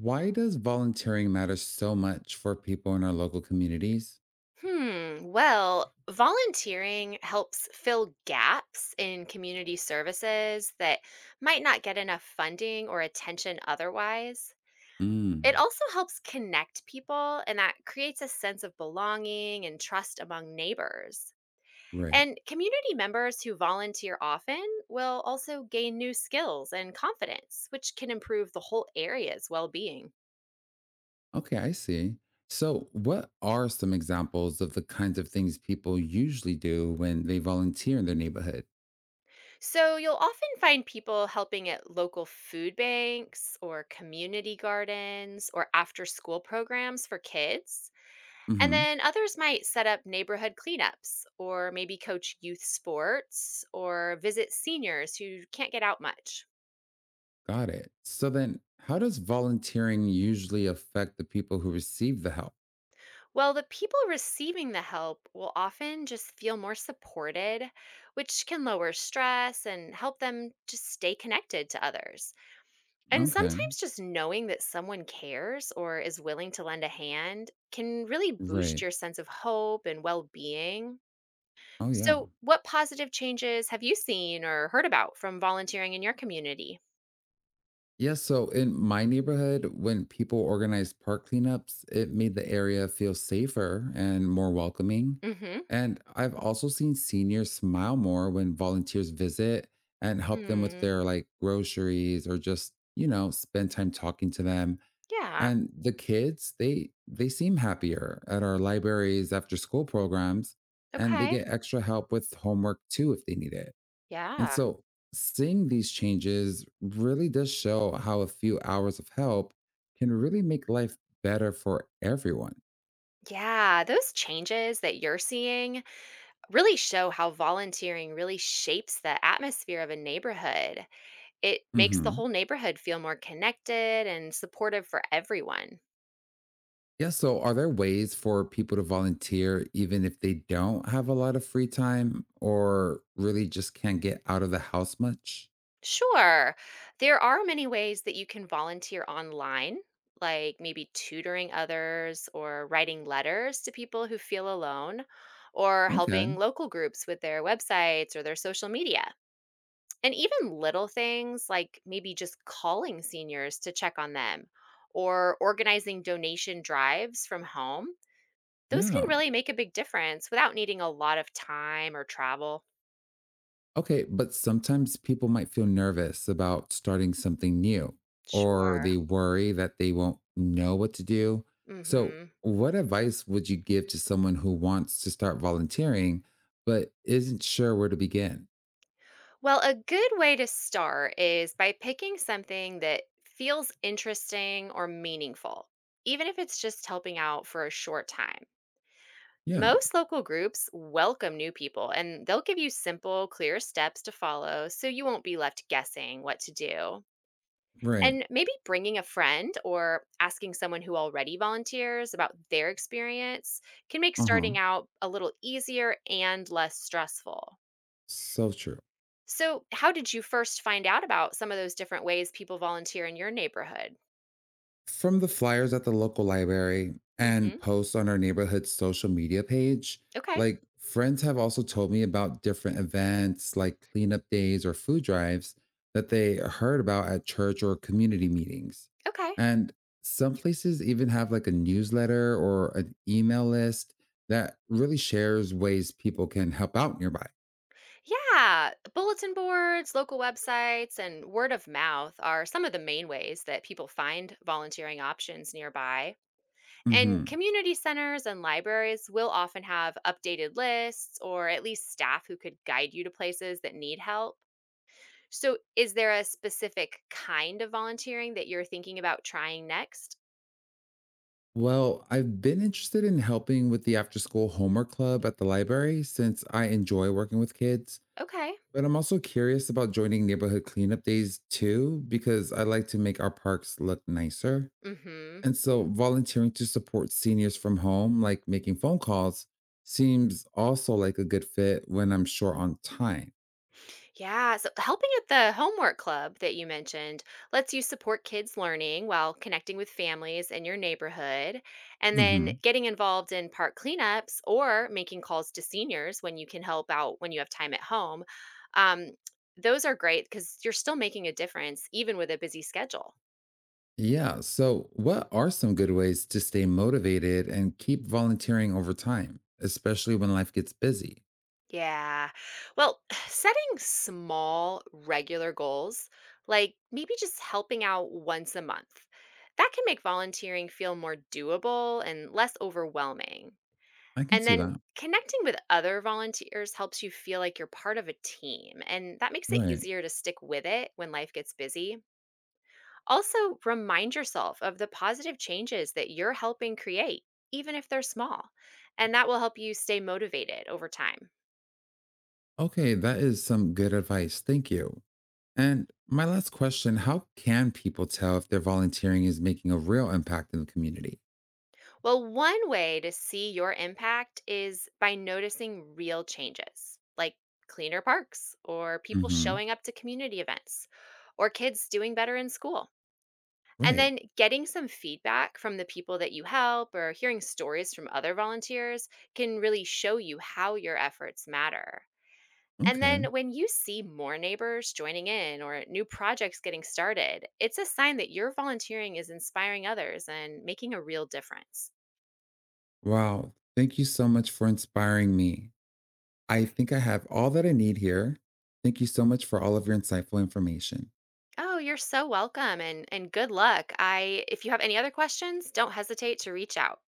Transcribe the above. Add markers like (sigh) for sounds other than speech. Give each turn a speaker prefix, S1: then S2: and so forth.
S1: Why does volunteering matter so much for people in our local communities?
S2: Hmm. Well, volunteering helps fill gaps in community services that might not get enough funding or attention otherwise. It
S1: Mm,
S2: also helps connect people, and that creates a sense of belonging and trust among neighbors.
S1: right.
S2: And community members who volunteer often will also gain new skills and confidence, which can improve the whole area's well being.
S1: Okay, I see. So, what are some examples of the kinds of things people usually do when they volunteer in their neighborhood?
S2: So you'll often find people helping at local food banks or community gardens or after school programs for kids. And
S1: Hmm.
S2: then others might set up neighborhood cleanups or maybe coach youth sports or visit seniors who can't get out much.
S1: Got it. So then, how does volunteering usually affect the people who receive the help?
S2: Well, the people receiving the help will often just feel more supported, which can lower stress and help them just stay connected to others. And
S1: Okay,
S2: sometimes just knowing that someone cares or is willing to lend a hand can really boost
S1: right.
S2: your sense of hope and well being.
S1: Oh, yeah.
S2: So, what positive changes have you seen or heard about from volunteering in your community?
S1: Yes, so in my neighborhood, when people organized park cleanups, it made the area feel safer and more welcoming.
S2: Mm hmm.
S1: And I've also seen seniors smile more when volunteers visit and help them with
S2: Mm,
S1: their like groceries or just, spend time talking to them.
S2: yeah.
S1: And the kids, they seem happier at our libraries after school programs, and they
S2: Okay.
S1: get extra help with homework too if they need it. And
S2: Yeah.
S1: so, seeing these changes really does show how a few hours of help can really make life better for everyone.
S2: Yeah, those changes that you're seeing really show how volunteering really shapes the atmosphere of a neighborhood. It makes the
S1: Hmm.
S2: whole neighborhood feel more connected and supportive for everyone.
S1: Yeah, so are there ways for people to volunteer even if they don't have a lot of free time or really just can't get out of the house much?
S2: Sure. There are many ways that you can volunteer online, like maybe tutoring others or writing letters to people who feel alone or helping
S1: Okay.
S2: local groups with their websites or their social media. And even little things like maybe just calling seniors to check on them or organizing donation drives from home. Those can
S1: Yeah.
S2: really make a big difference without needing a lot of time or travel.
S1: Okay, but sometimes people might feel nervous about starting something new, or they
S2: Sure.
S1: worry that they won't know what to do. So,
S2: Mhm.
S1: what advice would you give to someone who wants to start volunteering but isn't sure where to begin?
S2: Well, a good way to start is by picking something that feels interesting or meaningful, even if it's just helping out for a short time.
S1: Yeah,
S2: Most local groups welcome new people and they'll give you simple, clear steps to follow so you won't be left guessing what to do.
S1: right.
S2: And maybe bringing a friend or asking someone who already volunteers about their experience can make
S1: Uh huh.
S2: starting out a little easier and less stressful.
S1: So true.
S2: So, how did you first find out about some of those different ways people volunteer in your neighborhood?
S1: From the flyers at the local library and
S2: Mhm.
S1: posts on our neighborhood's social media page,
S2: Okay.
S1: like friends have also told me about different events like cleanup days or food drives that they heard about at church or community meetings.
S2: Okay,
S1: And some places even have like a newsletter or an email list that really shares ways people can help out nearby.
S2: Yeah, bulletin boards, local websites, and word of mouth are some of the main ways that people find volunteering options nearby.
S1: Hmm.
S2: And community centers and libraries will often have updated lists or at least staff who could guide you to places that need help. So, is there a specific kind of volunteering that you're thinking about trying next?
S1: Well, I've been interested in helping with the after school homework club at the library since I enjoy working with kids.
S2: Okay.
S1: But I'm also curious about joining neighborhood cleanup days too, because I like to make our parks look nicer.
S2: Mhm.
S1: And so volunteering to support seniors from home, like making phone calls, seems also like a good fit when I'm short on time.
S2: Yeah, so helping at the homework club that you mentioned lets you support kids learning while connecting with families in your neighborhood. And then
S1: Hmm.
S2: getting involved in park cleanups or making calls to seniors when you can help out when you have time at home. Um, those are great because you're still making a difference even with a busy schedule.
S1: Yeah. So, what are some good ways to stay motivated and keep volunteering over time, especially when life gets busy?
S2: Yeah. Well, (sighs) setting small, regular goals, like maybe just helping out once a month, that can make volunteering feel more doable and less overwhelming.
S1: I can
S2: And
S1: see
S2: then
S1: that.
S2: connecting with other volunteers helps you feel like you're part of a team, and that makes it
S1: Right.
S2: easier to stick with it when life gets busy. Also, remind yourself of the positive changes that you're helping create, even if they're small, and that will help you stay motivated over time.
S1: Okay. That is some good advice. Thank you. And my last question: how can people tell if their volunteering is making a real impact in the community?
S2: Well, one way to see your impact is by noticing real changes, like cleaner parks or people
S1: Hmm.
S2: showing up to community events or kids doing better in school. And
S1: Right.
S2: then getting some feedback from the people that you help or hearing stories from other volunteers can really show you how your efforts matter. And then
S1: Okay.
S2: when you see more neighbors joining in or new projects getting started, it's a sign that your volunteering is inspiring others and making a real difference.
S1: Wow. Thank you so much for inspiring me. I think I have all that I need here. Thank you so much for all of your insightful information.
S2: Oh, you're so welcome and good luck. I If you have any other questions, don't hesitate to reach out.